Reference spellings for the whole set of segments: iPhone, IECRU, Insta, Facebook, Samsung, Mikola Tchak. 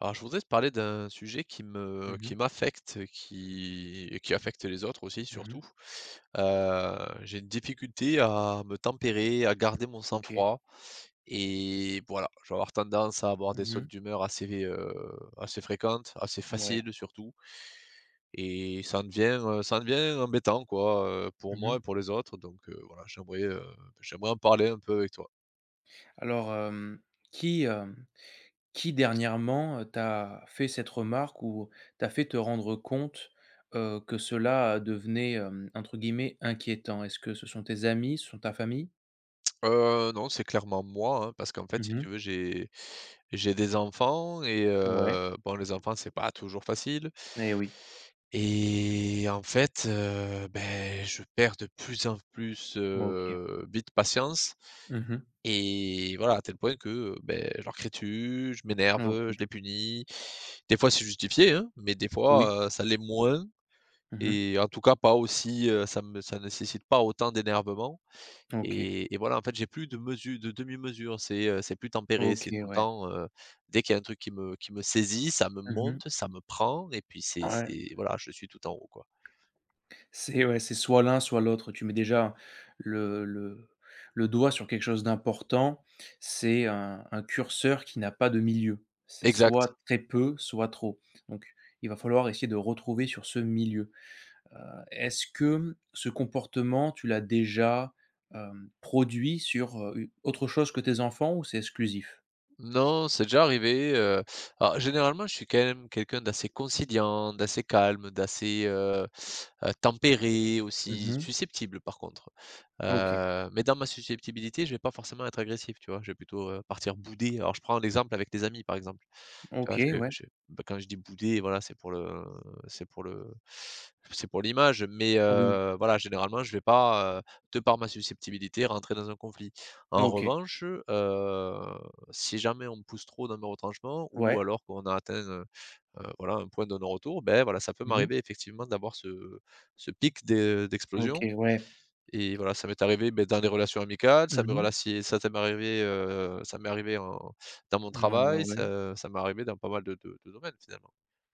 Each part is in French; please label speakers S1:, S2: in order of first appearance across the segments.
S1: Alors, je voudrais te parler d'un sujet
S2: Mmh
S1: qui
S2: mh.
S1: m'affecte, qui affecte les autres aussi,
S2: Mmh
S1: surtout. Heu, j'ai une difficulté à me tempérer, à garder mon
S2: OK.
S1: sang-froid et voilà, je vais avoir tendance à avoir des sautes
S2: Mmh
S1: d'humeur assez, assez fréquentes, assez
S2: Ouais.
S1: faciles surtout et ça en devient embêtant quoi, pour moi
S2: Mmh
S1: et pour les autres donc voilà, j'aimerais en parler un peu avec toi.
S2: Alors, qui, hem, qui dernièrement, t'a fait cette remarque ou t'a fait te rendre compte, que cela devenait, entre guillemets «inquiétant»? Est-ce que ce sont tes amis, ce sont ta famille?
S1: Non, c'est clairement moi, hein, parce qu'en fait, si
S2: Mmh
S1: tu veux, j'ai des enfants et
S2: Ouais.
S1: bon, les enfants, c'est pas toujours facile
S2: Eh oui.
S1: et en fait, beh, je perds de plus en plus,
S2: OK.
S1: vite patience
S2: Mmh
S1: et voilà, à tel point que, beh, je leur crie dessus, je m'énerve, je les
S2: OK.
S1: punis. Des fois, c'est justifié, hein, mais des
S2: Oui.
S1: fois, ça l'est moins
S2: Mmh
S1: et en tout cas pas aussi, ça nécessite pas autant d'énervement
S2: OK.
S1: et voilà, en fait, j'ai plus de demi-mesure, c'est plus tempéré,
S2: OK,
S1: c'est tout le
S2: ouais.
S1: temps, dès qu'il y a un truc qui me saisit, ça me
S2: Mmh
S1: monte, ça me prend et puis c'est
S2: Ouais.
S1: c'est voilà, je suis tout en haut, quoi.
S2: C'est ouais, c'est soit l'un, soit l'autre. Tu mets déjà le le le doigt sur quelque chose d'important. C'est un curseur qui n'a pas de milieu. C'est
S1: Exact.
S2: soit très peu, soit trop. Donc il va falloir essayer de retrouver sur ce milieu. Heu, Est-ce que ce comportement, tu l'as déjà, produit sur, u autre chose que tes enfants ou c'est exclusif?
S1: Non, c'est déjà arrivé, alors généralement, je suis quand même quelqu'un d'assez conciliant, d'assez calme, d'assez, tempéré
S2: Mmh
S1: aussi,
S2: mh.
S1: susceptible par contre.
S2: OK.
S1: Mais dans ma susceptibilité, je vais pas forcément être agressif, tu vois? Je vais plutôt, partir bouder. Alors je prends l'exemple avec les amis, par exemple. Tu vois?
S2: OK, ouais.
S1: Je bah, quand je dis bouder, voilà, c'est pour le c'est pour l'image, mais
S2: Oui.
S1: voilà, généralement, je vais pas, de par ma susceptibilité, rentrer dans un conflit. En
S2: OK.
S1: revanche, heu, si jamais on me pousse trop dans mes retranchements ou
S2: Ouais.
S1: alors qu'on a atteint, voilà, un point de non-retour, ben voilà, ça peut
S2: Mmh
S1: m'arriver effectivement d'avoir ce pic
S2: OK,
S1: d'explosion
S2: ouais.
S1: et voilà, ça m'est arrivé, beh, dans des relations amicales,
S2: Mmh
S1: ça m'est arrivé en dans mon
S2: Ouais, ouais,
S1: travail,
S2: ouais.
S1: ça m'est arrivé dans pas mal de domaines finalement.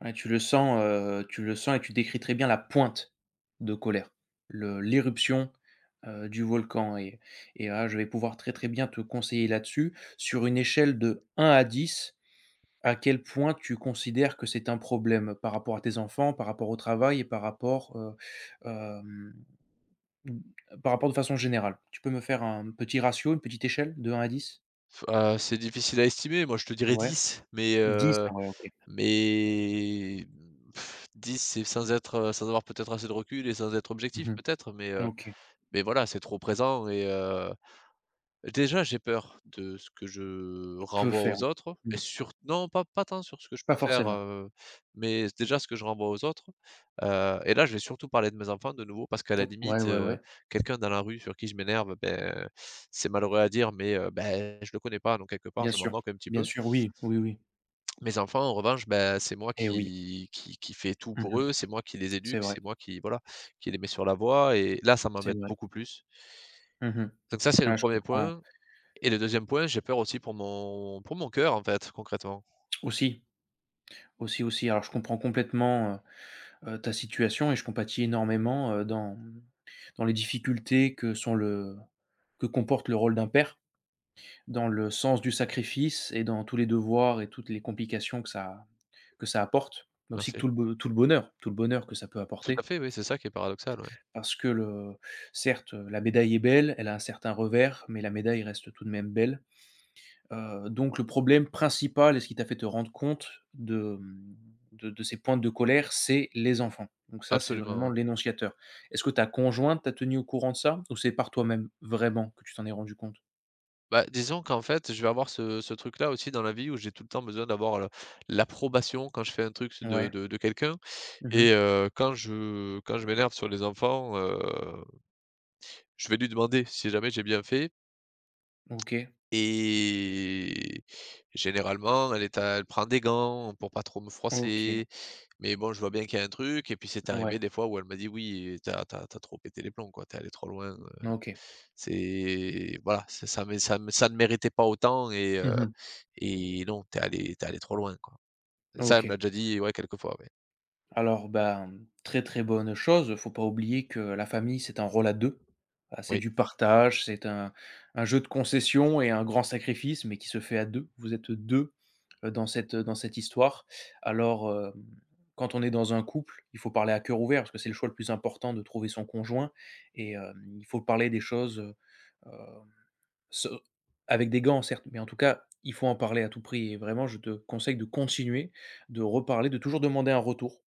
S2: Ouais, tu le sens et tu décris très bien la pointe de colère, le l'éruption, du volcan et ah, je vais pouvoir très, très bien te conseiller là-dessus. Sur une échelle de 1 à 10, à quel point tu considères que c'est un problème par rapport à tes enfants, par rapport au travail et par rapport, hem, mmh, par rapport de façon générale? Tu peux me faire un petit ratio, une petite échelle de 1 à 10?
S1: F ah, c'est difficile à estimer, moi je te dirais
S2: Ouais,
S1: 10 mais
S2: dix. Ah ouais, OK.
S1: mais pff, 10 c'est sans être, sans avoir peut-être assez de recul et sans être objectif
S2: Mmh
S1: peut-être, mais
S2: OK,
S1: voilà, c'est trop présent et déjà, j'ai peur de ce que je
S2: peut
S1: renvoie
S2: faire,
S1: aux
S2: ouais.
S1: autres et
S2: Mmh.
S1: sur non, pas tant sur ce que je
S2: Pas
S1: peux faire,
S2: forcément.
S1: mais déjà ce que je renvoie aux autres, et là, je vais surtout parler de mes enfants de nouveau parce qu'à la
S2: Mmh, ouais,
S1: limite,
S2: ouais, ouais.
S1: quelqu'un dans la rue sur qui je m'énerve, ben, c'est malheureux à dire, mais, ben, je le connais pas donc quelque part,
S2: Bien
S1: je m'en
S2: sûr,
S1: moque un petit
S2: bien
S1: peu.
S2: sûr, oui, oui, oui
S1: Mes enfants, en revanche, ben, c'est moi
S2: et oui.
S1: qui fait tout pour
S2: Mmh
S1: eux, c'est moi qui les
S2: C'est
S1: éduque,
S2: vrai,
S1: c'est moi qui voilà, qui les met sur la voie et là, ça
S2: c'est
S1: m'embête
S2: vrai.
S1: beaucoup plus.
S2: Mmh
S1: Donc ça, c'est le
S2: Ah, je
S1: premier
S2: comprends.
S1: point. Et le deuxième point, j'ai peur aussi pour mon cœur, en fait, concrètement.
S2: Aussi, aussi, aussi. Alors, je comprends complètement, ta situation et je compatis énormément, dans les difficultés que sont le que comporte le rôle d'un père, dans le sens du sacrifice et dans tous les devoirs et toutes les complications que ça apporte, mais aussi que
S1: Merci.
S2: tout le bonheur que ça peut
S1: Tout à
S2: apporter.
S1: fait, oui, c'est ça qui est paradoxal, ouais.
S2: Parce que le certes, la médaille est belle, elle a un certain revers, mais la médaille reste tout de même belle. Donc le problème principal et ce qui t'a fait te rendre compte de, mmh, de ces pointes de colère, c'est les enfants. Donc ça, c'est
S1: Absolument,
S2: vraiment
S1: ouais.
S2: l'énonciateur. Est-ce que ta conjointe t'a tenu au courant de ça ou c'est par toi-même vraiment que tu t'en es rendu compte?
S1: Bah, disons qu'en fait, je vais avoir ce truc-là aussi dans la vie où j'ai tout le temps besoin d'avoir le l'approbation quand je fais un truc de
S2: Ouais.
S1: de de quelqu'un
S2: Mmh
S1: et quand je m'énerve sur les enfants, je vais lui demander si jamais j'ai bien fait.
S2: OK.
S1: Et généralement, elle est à elle prend des gants pour pas trop me
S2: OK.
S1: froisser, mais bon, je vois bien qu'il y a un truc et puis c'est
S2: Ouais.
S1: arrivé des fois où elle m'a dit: «Oui, t'as as tu trop pété les plombs quoi, t'es allé trop loin,
S2: OK.
S1: c'est voilà, c'est ça mé ça mé ça ne méritait pas autant
S2: Mmh
S1: et non, t'es allé tu allé trop loin quoi». Et ça, elle me
S2: OK.
S1: l'a déjà dit, ouais, quelques fois, ouais.
S2: Alors, ben, très, très bonne chose. Faut pas oublier que la famille, c'est un rôle à 2. C'est
S1: Oui.
S2: du partage, c'est un jeu de concessions et un grand sacrifice, mais qui se fait à 2. Vous êtes 2 dans cette histoire. Alors, quand on est dans un couple, il faut parler à cœur ouvert parce que c'est le choix le plus important de trouver son conjoint et il faut parler des choses, se avec des gants, certes, mais en tout cas, il faut en parler à tout prix et vraiment je te conseille de continuer, de reparler, de toujours demander un retour.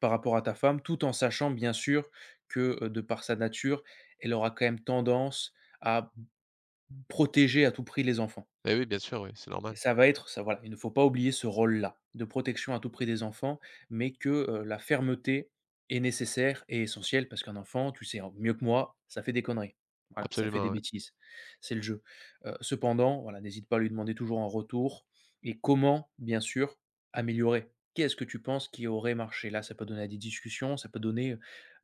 S2: Par rapport à ta femme, tout en sachant bien sûr que, de par sa nature, elle aura quand même tendance à protéger à tout prix les enfants.
S1: Beh, oui, bien sûr, oui, c'est
S2: Et
S1: normal.
S2: ça va être ça voilà, il ne faut pas oublier ce rôle-là, de protection à tout prix des enfants, mais que, la fermeté est nécessaire et essentielle parce qu'un enfant, tu sais en mieux que moi, ça fait des conneries. Voilà, ça fait des
S1: Absolument, ouais.
S2: bêtises. C'est le jeu. Cependant, voilà, n'hésite pas à lui demander toujours en retour et comment, bien sûr, améliorer. Qu'est-ce que tu penses qui aurait marché? Là, ça peut donner à des discussions, ça peut donner,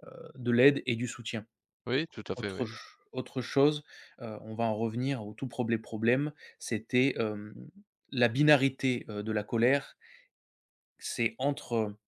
S2: de l'aide et du soutien.
S1: Oui, tout à fait, oui.
S2: Autre chose, on va en revenir au tout 1 problème, c'était, la binarité, de la colère. C'est entre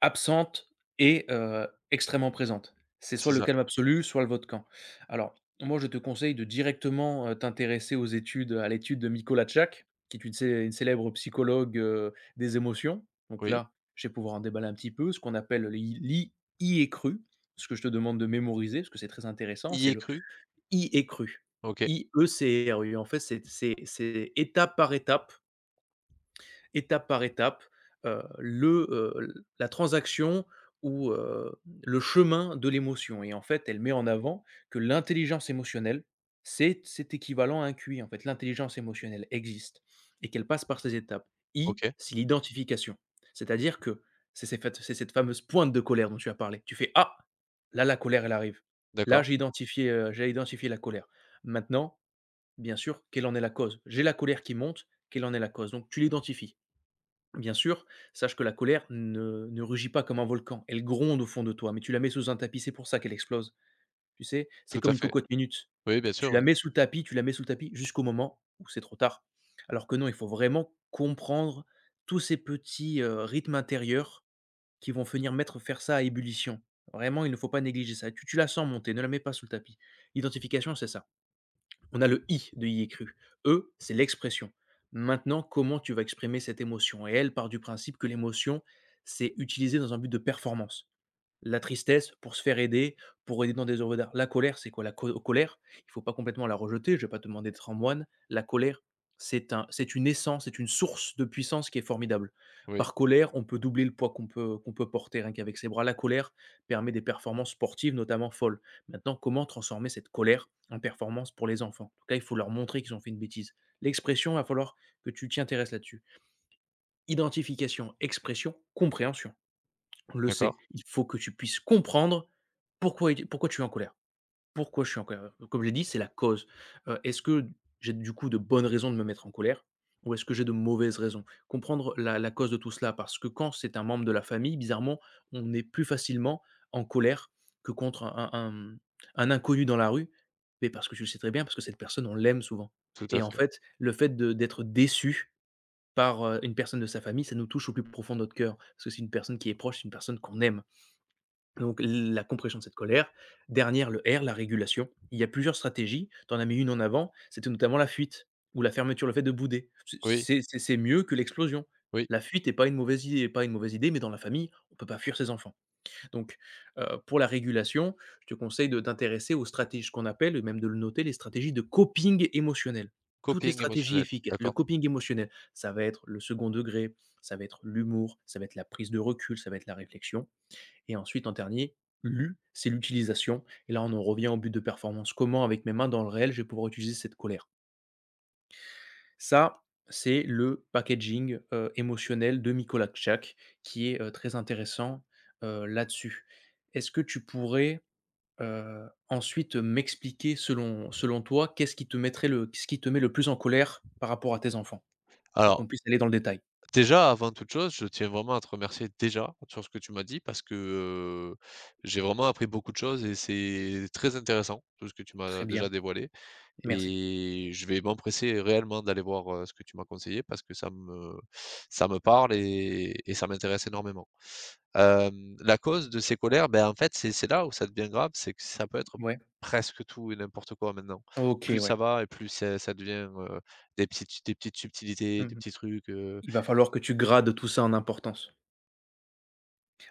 S2: absente et extrêmement présente. C'est soit
S1: C'est
S2: le
S1: ça.
S2: calme absolu, soit le vote camp. Alors, moi, je te conseille de directement, t'intéresser aux études, à l'étude de Mikola Tchak, qui est une célèbre psychologue, des émotions. Donc
S1: Oui.
S2: là, je vais pouvoir en déballer un petit peu, ce qu'on appelle le i l'i I cru. Ce que je te demande de mémoriser, parce que c'est très intéressant,
S1: Y
S2: c'est
S1: est
S2: le
S1: cru?
S2: I est cru,
S1: OK,
S2: I-E-C-R-U. En fait, c'est étape par étape étape par étape, la transaction ou, le chemin de l'émotion et en fait, elle met en avant que l'intelligence émotionnelle, c'est équivalent à un QI en fait. L'intelligence émotionnelle existe et qu'elle passe par ces étapes. I,
S1: OK,
S2: c'est l'identification. C'est-à-dire que c'est ces fat c'est cette fameuse pointe de colère dont tu as parlé. Tu fais: «Ah! Là, la colère, elle arrive. Là,
S1: d'accord.
S2: j'ai identifié, la colère. Maintenant, bien sûr, quelle en est la cause? J'ai la colère qui monte, quelle en est la cause?» Donc tu l'identifies. Bien sûr, sache que la colère ne rugit pas comme un volcan, elle gronde au fond de toi, mais tu la mets sous un tapis, c'est pour ça qu'elle explose. Tu sais? C'est
S1: Tout
S2: comme
S1: à
S2: une
S1: fait.
S2: cocotte minute.
S1: Oui, bien
S2: Tu
S1: sûr,
S2: la
S1: oui.
S2: mets sous le tapis, tu la mets sous le tapis jusqu'au moment où c'est trop tard. Alors que non, il faut vraiment comprendre tous ces petits, rythmes intérieurs qui vont venir mettre faire ça à ébullition. Vraiment, il ne faut pas négliger ça. Tu la sens monter, ne la mets pas sous le tapis. L'identification, c'est ça. On a le i de i écru. E, c'est l'expression. Maintenant, comment tu vas exprimer cette émotion? Et elle part du principe que l'émotion, c'est utilisé dans un but de performance. La tristesse pour se faire aider, pour aider dans des œuvres d'art. La colère, c'est quoi? La co colère, il faut pas complètement la rejeter, je vais pas te demander d'être un moine. La colère, c'est un c'est une essence, c'est une source de puissance qui est formidable.
S1: Oui,
S2: Par colère, on peut doubler le poids qu'on peut porter rien qu'avec ses bras. La colère permet des performances sportives, notamment folles. Maintenant, comment transformer cette colère en performance pour les enfants? Donc là, il faut leur montrer qu'ils ont fait une bêtise. L'expression, il va falloir que tu t'y intéresses là-dessus. Identification, expression, compréhension le sait.
S1: d'accord.
S2: Il faut que tu puisses comprendre pourquoi tu es en colère. Pourquoi je suis en colère? Comme je l'ai dit, c'est la cause. Est-ce que j'ai du coup de bonnes raisons de me mettre en colère ou est-ce que j'ai de mauvaises raisons? Comprendre la cause de tout cela parce que quand c'est un membre de la famille, bizarrement, on est plus facilement en colère que contre inconnu dans la rue. Mais parce que tu le sais très bien, parce que cette personne, on l'aime souvent
S1: Tout
S2: et
S1: à
S2: en
S1: fait.
S2: fait, le fait de d'être déçu par, une personne de sa famille, ça nous touche au plus profond de notre cœur. Parce que c'est une personne qui est proche, c'est une personne qu'on aime. Donc la compression de cette colère. Dernière, le R, la régulation. Il y a plusieurs stratégies. Tu en as mis une en avant, c'était notamment la fuite ou la fermeture, le fait de bouder.
S1: Oui,
S2: C'est mieux que l'explosion.
S1: oui,
S2: La fuite est pas une mauvaise idée pas une mauvaise idée, mais dans la famille, on ne peut pas fuir ses enfants. Donc, pour la régulation, je te conseille de t'intéresser aux stratégies ce qu'on appelle et même de le noter, les stratégies de coping émotionnel. Toutes les
S1: coping
S2: stratégies
S1: émotionnel,
S2: efficaces. Le
S1: d'accord.
S2: coping émotionnel, ça va être le second degré, ça va être l'humour, ça va être la prise de recul, ça va être la réflexion. Et ensuite, en dernier, l'U, c'est l'utilisation. Et là, on en revient au but de performance. Comment, avec mes mains dans le réel, je vais pouvoir utiliser cette colère? Ça, c'est le packaging, émotionnel de Mikola Tchak qui est, très intéressant, là-dessus. Est-ce que tu pourrais, ensuite m'expliquer selon toi, qu'est-ce qui te mettrait le ce qui te met le plus en colère par rapport à tes enfants? Pour
S1: Alors,
S2: qu'on puisse aller dans le détail.
S1: déjà, avant toute chose, je tiens vraiment à te remercier déjà sur ce que tu m'as dit parce que, heu, j'ai vraiment appris beaucoup de choses et c'est très intéressant tout ce que tu
S2: Très
S1: m'as
S2: bien,
S1: déjà dévoilé
S2: merci.
S1: et je vais m'empresser réellement d'aller voir, ce que tu m'as conseillé parce que ça me parle et ça m'intéresse énormément. La cause de ces colères, ben, en fait, c'est là où ça devient grave, c'est que ça peut être
S2: Ouais,
S1: presque tout et n'importe quoi maintenant.
S2: OK,
S1: Plus
S2: ouais.
S1: ça va et plus c'est ça devient, des petites subtilités, des
S2: Mmh
S1: petits trucs,
S2: Il va falloir que tu grades tout ça en importance.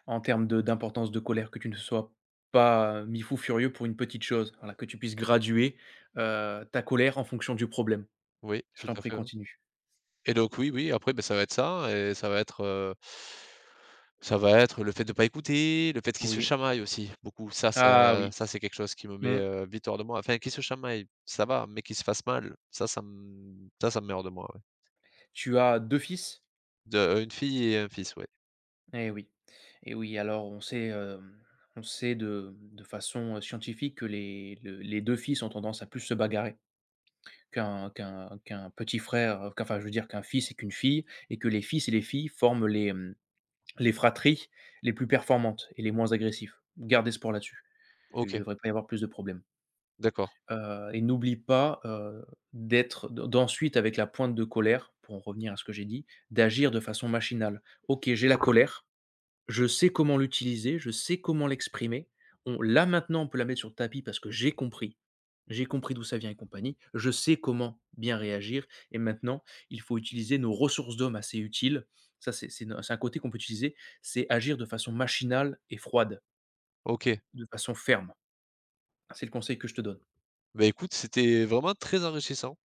S2: En termes de d'importance, de colère, que tu ne sois pas, mis fou furieux pour une petite chose. Voilà, que tu puisses graduer, ta colère en fonction du problème.
S1: oui,
S2: Je
S1: tout
S2: t'en
S1: à
S2: prie,
S1: fait, oui
S2: continue.
S1: et donc oui, oui, après, ben ça va être ça et ça va être le fait de pas écouter, le fait qu'ils se
S2: Oui.
S1: chamaillent aussi, beaucoup. Ça,
S2: Ah oui.
S1: c'est quelque chose qui me met,
S2: Mmh.
S1: vite hors de moi. Enfin, qu'ils se chamaillent, ça va, mais qu'ils se fassent mal, ça me met hors de moi, ouais.
S2: Tu as 2 fils?
S1: De une fille et un fils, ouais.
S2: Eh oui. Eh oui, alors on sait, on sait de façon, scientifique que les 2 fils ont tendance à plus se bagarrer qu'un petit frère, qu'enfin je veux dire qu'un fils et qu'une fille et que les fils et les filles forment les fratries les plus performantes et les moins agressifs. Garde espoir là-dessus. Il ne
S1: OK,
S2: devrait pas y avoir plus de problèmes.
S1: d'accord.
S2: Et n'oublie pas, d'être d'ensuite avec la pointe de colère, pour en revenir à ce que j'ai dit, d'agir de façon machinale. OK, j'ai la colère je sais comment l'utiliser, je sais comment l'exprimer. On Là, maintenant, on peut la mettre sur le tapis parce que j'ai compris. J'ai compris d'où ça vient et compagnie. Je sais comment bien réagir et maintenant, il faut utiliser nos ressources d'hommes assez utiles. Ça, c'est no c'est un côté qu'on peut utiliser, c'est agir de façon machinale et froide,
S1: OK.
S2: de façon ferme. C'est le conseil que je te donne.
S1: Bah, écoute, c'était vraiment très enrichissant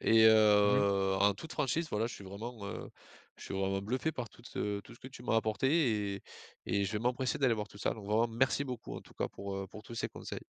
S1: et
S2: Mmh.
S1: en toute franchise, voilà, je suis vraiment bluffé par toute, tout ce que tu m'as apporté et je vais m'empresser d'aller voir tout ça. Donc vraiment merci beaucoup en tout cas pour tous ces conseils.